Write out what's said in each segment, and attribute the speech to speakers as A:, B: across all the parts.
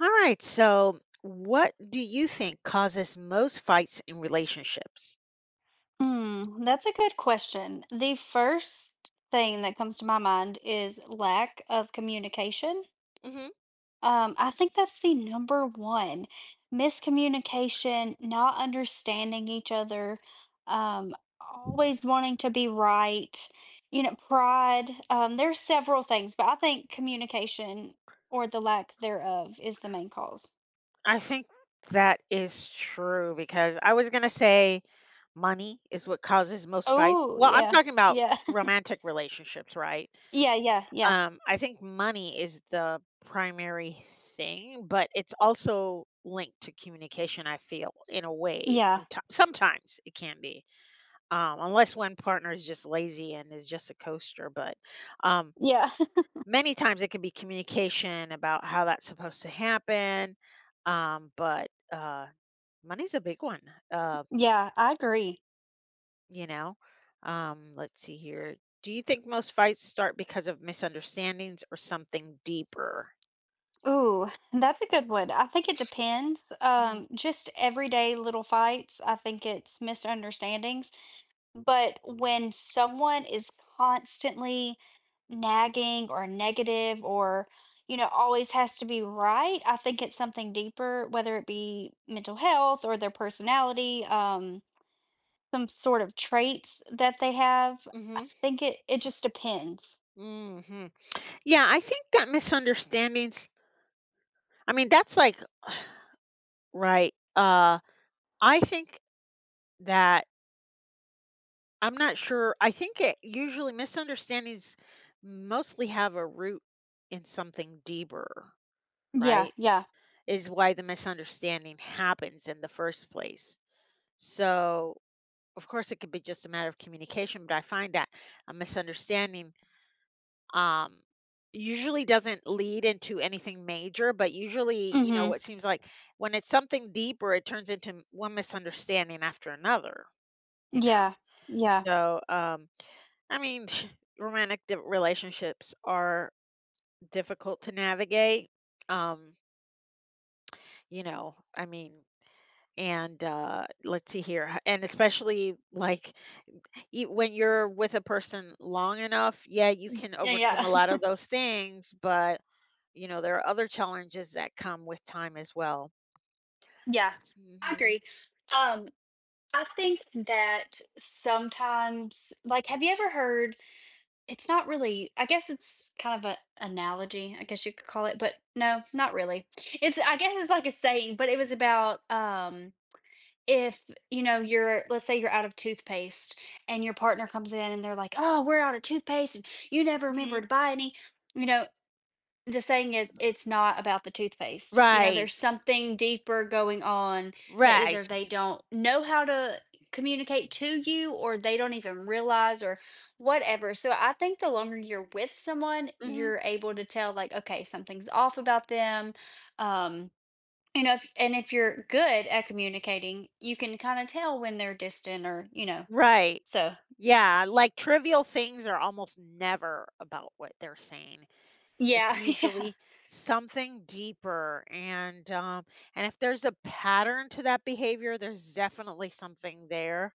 A: All right. So, what do you think causes most fights in relationships?
B: Mm, that's a good question. The first thing that comes to my mind is lack of communication.
A: hmm
B: I think that's the number one. Miscommunication, not understanding each other, always wanting to be right, you know, pride. There's several things, but I think communication or the lack thereof is the main cause.
A: I think that is true because I was going to say money is what causes most fights.
B: Oh,
A: Well, I'm
B: yeah.
A: talking about
B: Yeah.
A: romantic relationships, right?
B: Yeah, yeah, yeah.
A: I think money is the primary thing, but it's also linked to communication, I feel, in a way.
B: Yeah.
A: Sometimes it can be, unless one partner is just lazy and is just a coaster. But um,
B: Yeah.
A: many times it can be communication about how that's supposed to happen, um, but, uh, money's a big one, uh,
B: Yeah, I agree.
A: you know? Let's see here. Do you think most fights start because of misunderstandings or something deeper?
B: Ooh, that's a good one. I think it depends.
A: Mhm.
B: Just everyday little fights. I think it's misunderstandings. But when someone is constantly nagging or negative or, you know, always has to be right, I think it's something deeper, whether it be mental health or their personality, some sort of traits that they have. I
A: Mhm,
B: think it just depends.
A: mhm. Yeah, I think that misunderstandings I mean, that's like Right, I think that I'm not sure. I think it usually misunderstandings mostly have a root in something deeper,
B: Yeah,
A: right?
B: yeah.
A: Is why the misunderstanding happens in the first place. So, of course, it could be just a matter of communication, but I find that a misunderstanding um, usually doesn't lead into anything major, but usually, you know,
B: Mm-hmm.
A: what seems like when it's something deeper, it turns into one misunderstanding after another, you
B: Yeah,
A: know?
B: yeah, yeah.
A: So, I mean, romantic relationships are difficult to navigate. Um, you know, I mean, and let's see here, and especially like when you're with a person long enough, yeah, you can
B: Yeah,
A: overcome
B: yeah.
A: a lot of those things, but you know, there are other challenges that come with time as well.
B: Yeah, I
A: Mhm.
B: agree. Um, I think that sometimes, like, have you ever heard? It's not really. I guess it's kind of an analogy. I guess you could call it, but no, not really. It's. I guess it's like a saying, but it was about if you know you're, let's say you're out of toothpaste, and your partner comes in and they're like, "Oh, we're out of toothpaste, and you never remember
A: Mhm.
B: to buy any." You know, the saying is, "It's not about the toothpaste." You know,
A: Right,
B: there's something deeper going on that either
A: right,
B: they don't know how to communicate to you or they don't even realize or whatever. So I think the longer you're with someone,
A: hmm
B: you're able to tell, like, okay, something's off about them. Um, you know, if, and if you're good at communicating, you can kind of tell when they're distant or, you know,
A: right.
B: so
A: Yeah, like trivial things are almost never about what they're saying. It's
B: yeah, yeah,
A: usually something deeper, and if there's a pattern to that behavior, there's definitely something there,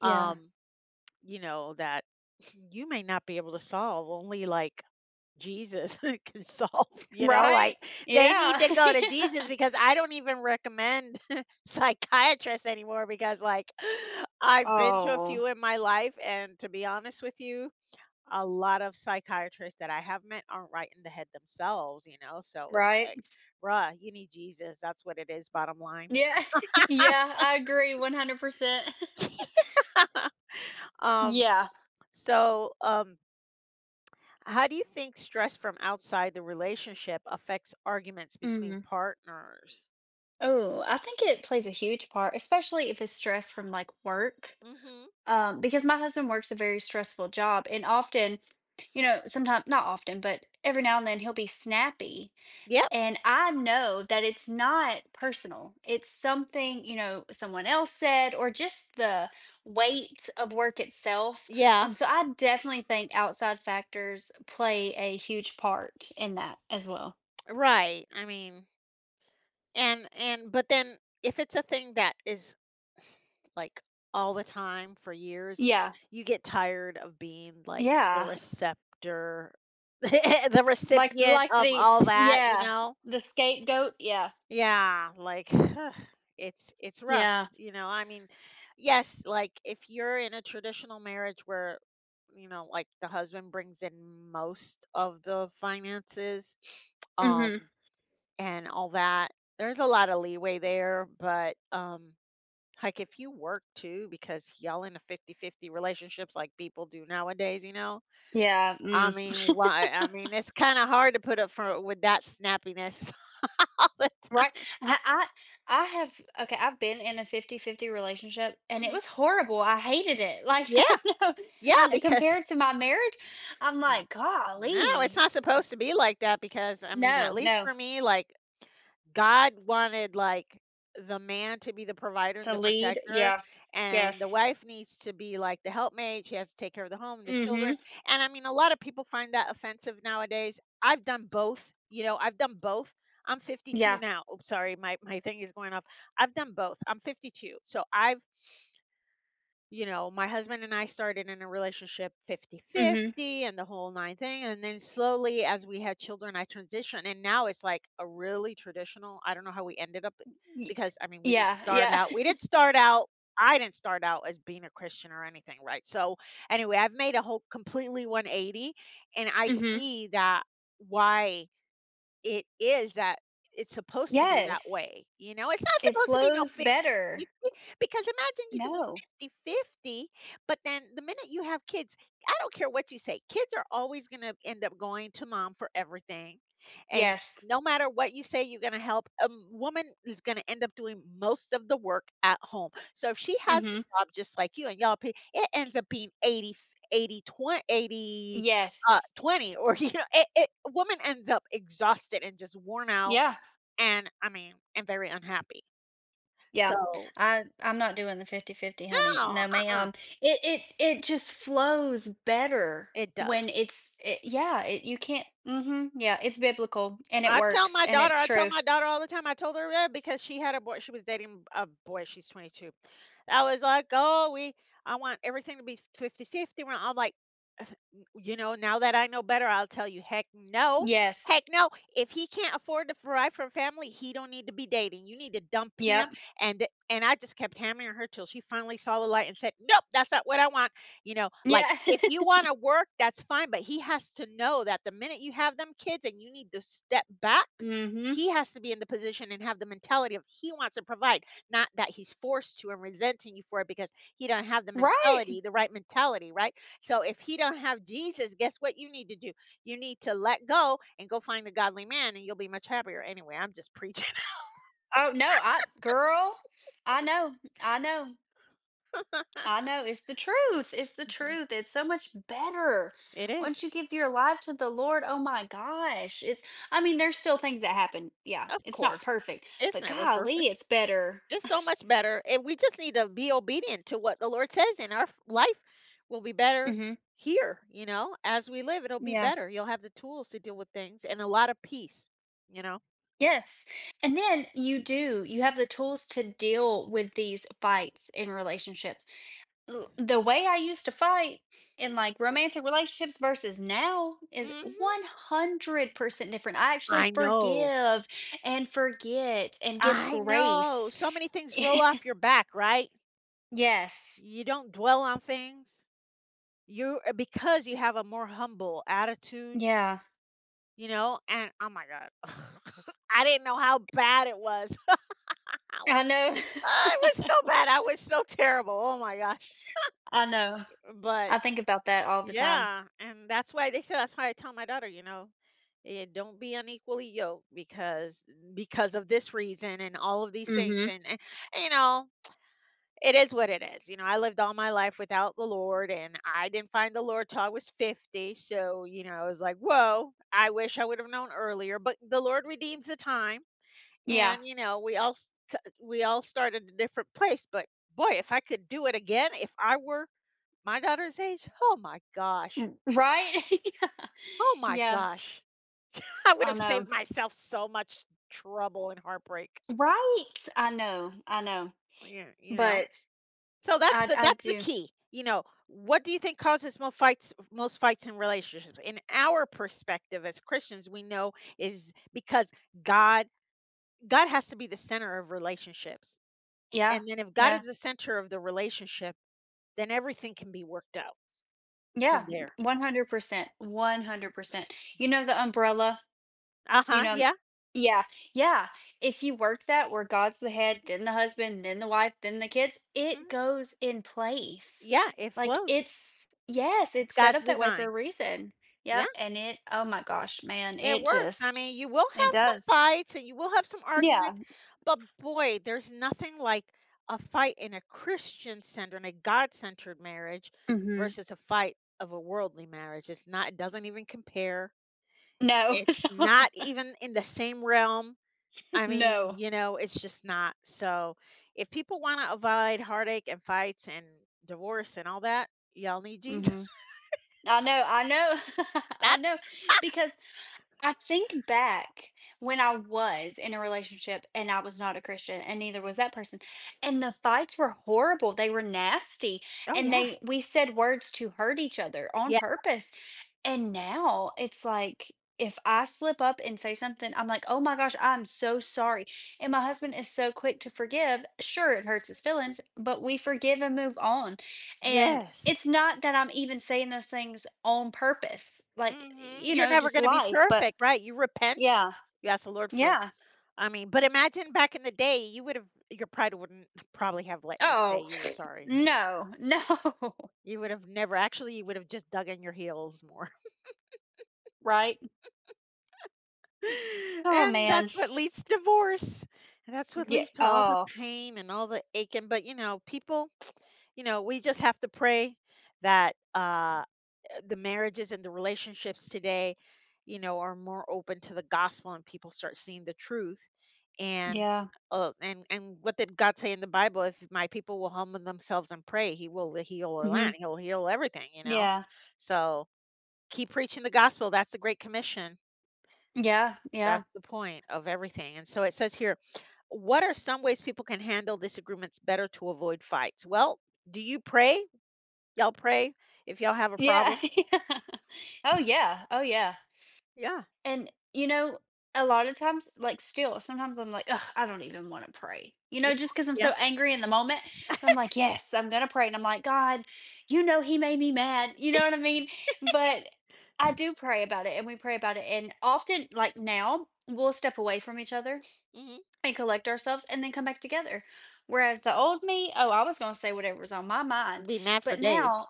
B: yeah.
A: um, you know, that you may not be able to solve, only, like, Jesus can solve, you know,
B: Right?
A: like, they need
B: Yeah.
A: to go to
B: yeah.
A: Jesus because I don't even recommend psychiatrists anymore because, like, I've been to a
B: Oh,
A: few in my life, and to be honest with you, a lot of psychiatrists that I have met aren't right in the head themselves, you know, so it's
B: right.
A: like, "Bruh, you need Jesus, that's what it is, bottom line."
B: Yeah. Yeah, I agree 100%.
A: Um,
B: Yeah.
A: so, how do you think stress from outside the relationship affects arguments between
B: Mm.
A: partners?
B: Oh, I think it plays a huge part, especially if it's stress from, like, work,
A: Mhm.
B: because my husband works a very stressful job, and often, you know, sometimes not often, but every now and then, he'll be snappy.
A: Yep,
B: And I know that it's not personal. It's something, you know, someone else said or just the weight of work itself.
A: yeah,
B: So I definitely think outside factors play a huge part in that as well.
A: right, I mean and but then if it's a thing that is like all the time for years,
B: Yeah.
A: you get tired of being like the
B: Yeah.
A: receptor the
B: Like
A: recipient
B: like
A: of
B: the
A: all that, you
B: yeah,
A: know?
B: the scapegoat. Yeah.
A: Yeah, like it's rough,
B: Yeah.
A: you know. I mean, yes, like if you're in a traditional marriage where you know, like the husband brings in most of the finances, um
B: Mhm.
A: and all that. There's a lot of leeway there, but like if you work too, because y'all in a 50-50 relationships like people do nowadays, you know.
B: Yeah.
A: I
B: Mm.
A: mean, why I mean it's kinda hard to put up for with that snappiness all the
B: Right.
A: time.
B: I I have okay, I've been in a 50-50 relationship, and it
A: Mhm.
B: was horrible, I hated it, like,
A: Yeah,
B: I know.
A: yeah,
B: I know
A: because
B: compared to my marriage, I'm like,
A: no, it's
B: "Golly."
A: not supposed to be like that because I mean,
B: No,
A: at least
B: no.
A: for me, like God wanted like the man to be the provider and
B: The
A: the
B: lead,
A: protector,
B: yeah.
A: and the
B: Yes.
A: wife needs to be like the helpmate. She has to take care of the home and the
B: Mm,
A: children.
B: mhm.
A: And I mean, a lot of people find that offensive nowadays. I've done both. You know, I've done both. I'm 52
B: Yeah.
A: now. Oops, sorry, my thing is going off. I've done both. I'm 52, so I've you know, my husband and I started in a relationship
B: Mm, mhm.
A: 50-50 and the whole nine thing. And then slowly as we had children, I transitioned. And now it's like a really traditional. I don't know how we ended up
B: Ye
A: because I mean
B: Yeah, yeah.
A: we didn't start out, I didn't start out as being a Christian or anything, right? So anyway, I've made a whole completely 180 and I
B: Mhm.
A: see that why it is that it's supposed to be that
B: Yes.
A: way. You know, it's not
B: It
A: supposed to be no
B: flows
A: you
B: better.
A: see? Because imagine you doing
B: No.
A: 50-50, but then the minute you have kids I don't care what you say, kids are always gonna end up going to mom for everything, and
B: Yes.
A: no matter what you say, you're gonna help, a woman is gonna end up doing most of the work at home. So if she
B: Mm,
A: has the
B: mhm.
A: job just like you and y'all p it ends up being 80, 80, 20, 80,
B: Yes.
A: 20 or, you know, it woman ends up exhausted and just worn out
B: Yeah.
A: and, I mean, and very unhappy.
B: Yeah,
A: So
B: I'm not doing the 50 50, honey.
A: no,
B: No,
A: uh-uh,
B: ma'am. It just flows better
A: it
B: when
A: does.
B: it's it, yeah, it, you can't mhm, yeah, it's biblical and it works and it's
A: I tell
B: true.
A: my daughter all the time, I told her that because she was dating a boy, she's 22. I was like, "Oh, we I want everything to be 50-50. 50 We're like, You know, now that I know better, I'll tell you, heck no.
B: Yes.
A: Heck no. If he can't afford to provide for a family, he don't need to be dating. You need to dump him.
B: Yep.
A: And I just kept hammering her till she finally saw the light and said, Nope, that's not what I want. You know, like
B: Yeah.
A: if you want to work, that's fine. But he has to know that the minute you have them kids and you need to step back,
B: Mhm.
A: he has to be in the position and have the mentality of he wants to provide, not that he's forced to and resenting you for it because he do not have the
B: Right.
A: mentality, the right mentality, right? So if he don't have Jesus, guess what you need to do? You need to let go and go find a godly man and you'll be much happier. Anyway, I'm just preaching.
B: Oh, no, I girl, I know. I know. I know it's the truth. It's the
A: Mhm.
B: truth. It's so much better.
A: It
B: Once
A: is,
B: you give your life to the Lord, oh my gosh. It's I mean, there's still things that happen. Yeah,
A: of
B: it's not
A: course.
B: perfect,
A: It's
B: but
A: never perfect.
B: golly, it's better.
A: It's so much better. And we just need to be obedient to what the Lord says and our life will be better
B: Mhm.
A: here, you know, as we live, it'll be
B: Yeah.
A: better. You'll have the tools to deal with things and a lot of peace, you know.
B: Yes. And then you do, you have the tools to deal with these fights in relationships. The way I used to fight in like romantic relationships versus now is
A: hmm
B: 100% different. I
A: I
B: actually
A: know.
B: forgive and forget and give
A: I know.
B: grace.
A: So many things roll off your back, right?
B: Yes.
A: You don't dwell on things. You because you have a more humble attitude,
B: Yeah.
A: you know, and oh my god. I didn't know how bad it was.
B: I know.
A: Ah, it was so bad. I was so terrible. Oh my gosh.
B: I know.
A: But
B: I think about that all the time.
A: yeah, and that's why they say that's why I tell my daughter, you know, don't be unequally yoked because of this reason and all of these things
B: Mhm.
A: and you know it is what it is. You know, I lived all my life without the Lord and I didn't find the Lord till I was 50. So, you know, I was like, whoa, I wish I would have known earlier, but the Lord redeems the time.
B: Yeah.
A: And, you know, we all start at a different place, but boy, if I could do it again, if I were my daughter's age,
B: Right?
A: oh my
B: yeah.
A: gosh, I would
B: I
A: have
B: know.
A: saved myself so much trouble and heartbreak.
B: Right? I know. I know.
A: Yeah, you know?
B: But
A: So
B: I I
A: that's the
B: do.
A: key. You know, what do you think causes most fights in relationships? In our perspective as Christians, we know is because God God has to be the center of relationships.
B: Yeah.
A: And then if God
B: Yeah.
A: is the center of the relationship, then everything can be worked out from
B: Yeah,
A: there.
B: 100%, 100%. You know the umbrella? You
A: Uh-huh.
B: know,
A: Yeah.
B: yeah, yeah. If you work that where God's the head, then the husband, then the wife, then the kids, it
A: Mhm,
B: goes in place.
A: yeah, it
B: Like
A: flows.
B: it's yes,
A: It's
B: it's set
A: God's
B: up that way for a
A: design.
B: reason.
A: Yeah.
B: Yep, and it oh my gosh, man,
A: It
B: it
A: works. I
B: just
A: mean, you will
B: it
A: have some
B: does.
A: fights and you will have some
B: Yeah.
A: arguments, but boy, there's nothing like a fight in a Christian centered and a God centered marriage
B: Mhm.
A: versus a fight of a worldly marriage. It's not, it doesn't even compare.
B: No.
A: It's not
B: No.
A: even in the same realm. I mean,
B: No.
A: you know, it's just not. So if people want to avoid heartache and fights and divorce and all that, y'all need Jesus.
B: Mhm. I know, I know. I
A: That,
B: know. Because I think back when I was in a relationship and I was not a Christian and neither was that person. And the fights were horrible. They were nasty.
A: oh,
B: And
A: yeah.
B: they we said words to hurt each other on
A: Yeah.
B: purpose. And now it's like if I slip up and say something, I'm like, oh my gosh, I'm so sorry. And my husband is so quick to forgive. Sure, it hurts his feelings, but we forgive and move on. And
A: Yes.
B: it's not that I'm even saying those things on purpose, like,
A: Mhm.
B: you
A: You're
B: know,
A: never
B: just
A: gonna be
B: life, but
A: perfect, right? You repent.
B: yeah.
A: You ask the Lord for
B: Yeah.
A: I mean, but imagine back in the day, you would've your pride wouldn't probably have let you say
B: Oh,
A: you were sorry.
B: no. No.
A: You would have never actually, you would have just dug in your heels more.
B: Right? Oh,
A: And
B: man.
A: that's what leads to divorce. And that's what
B: Yeah.
A: leads to all the
B: Oh,
A: pain and all the aching. But, you know, people, you know, we just have to pray that, the marriages and the relationships today, you know, are more open to the gospel and people start seeing the truth. And
B: yeah.
A: and what did God say in the Bible? If my people will humble themselves and pray, He will heal our
B: Mhm.
A: land. He'll heal everything. You know,
B: Yeah.
A: so keep preaching the gospel. That's the Great Commission.
B: Yeah. Yeah.
A: That's the point of everything. And so it says here, what are some ways people can handle disagreements better to avoid fights? Well, do you pray? Y'all pray if y'all have a
B: Yeah.
A: problem.
B: yeah. Oh, yeah. Oh, yeah.
A: Yeah.
B: And, you know, a lot of times, like, still, sometimes I'm like, "Ugh, I don't even wanna pray," you know,
A: Yeah.
B: just because 'cause I'm so
A: Yeah.
B: angry in the moment. I'm like, "Yes, I'm gonna pray," and I'm like, "God, you know he made me mad," you know what I mean? But I do pray about it, and we pray about it, and often, like now, we'll step away from each other
A: Mhm.
B: and collect ourselves and then come back together. Whereas the old me, oh, I was going to say whatever was on my mind.
A: Be mad for
B: But
A: days.
B: now,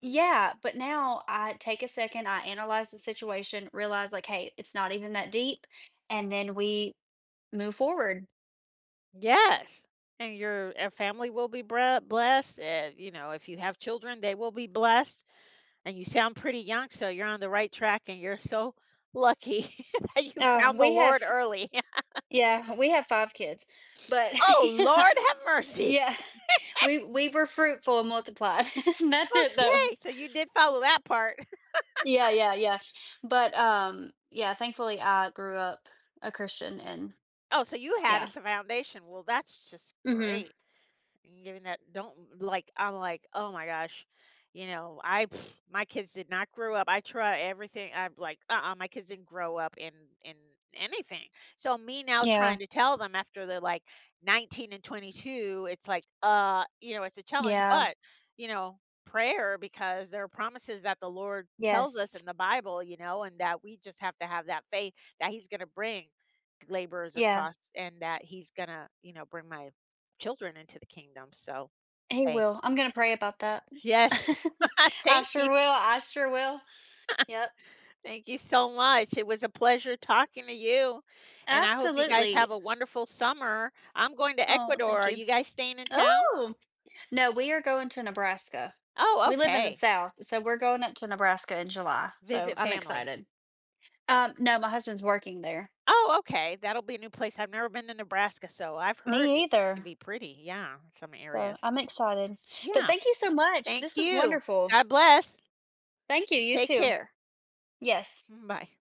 B: yeah, but now I take a second, I analyze the situation, realize like, hey, it's not even that deep. And then we move forward.
A: Yes. And your family will be blessed. You know, if you have children, they will be blessed. And you sound pretty young, so you're on the right track. And you're so lucky that you found the
B: We
A: Lord
B: have,
A: early.
B: yeah, we have five kids, but
A: Oh,
B: yeah,
A: Lord, have mercy.
B: yeah, we were fruitful and multiplied. That's it though.
A: Okay. So you did follow that part.
B: Yeah, yeah, yeah. But yeah, thankfully I grew up a Christian and
A: Oh, so you had
B: yeah.
A: as a foundation. Well, that's just
B: Mhm.
A: great. And giving that don't like I'm like, "Oh my gosh." You know, I pff, my kids did not grow up. I try everything. I'm like, "Uh-uh, my kids didn't grow up in in anything." So me now
B: Yeah.
A: trying to tell them after they're like 19 and 22, it's like, you know, it's a challenge,
B: Yeah.
A: but, you know, prayer because there are promises that the Lord tells us
B: Yes.
A: in the Bible, you know, and that we just have to have that faith that he's going to bring laborers
B: Yeah.
A: across and that he's going to, you know, bring my children into the kingdom. So,
B: He
A: hey,
B: will. I'm gonna pray about that.
A: yes.
B: I
A: Thank you.
B: sure will. I sure will. Yep.
A: Thank you so much. It was a pleasure talking to you. And I hope you guys
B: Absolutely.
A: have a wonderful summer. I'm going to
B: Oh,
A: Ecuador.
B: thank
A: Are
B: you.
A: you guys staying in town?
B: Oh, no, we are going to Nebraska.
A: Oh,
B: We live in the
A: okay.
B: South, so we're going up to Nebraska in July. So
A: Visit
B: I'm
A: family.
B: excited. No, my husband's working there.
A: Oh, okay. That'll be a new place. I've never been to Nebraska, so I've heard
B: Me
A: it it can
B: either.
A: be pretty. Yeah, some
B: So
A: areas.
B: I'm excited. But
A: Yeah.
B: thank you so much.
A: Thank
B: This was
A: you.
B: wonderful.
A: God bless.
B: Thank you. You
A: Take
B: too.
A: care.
B: Yes.
A: Bye.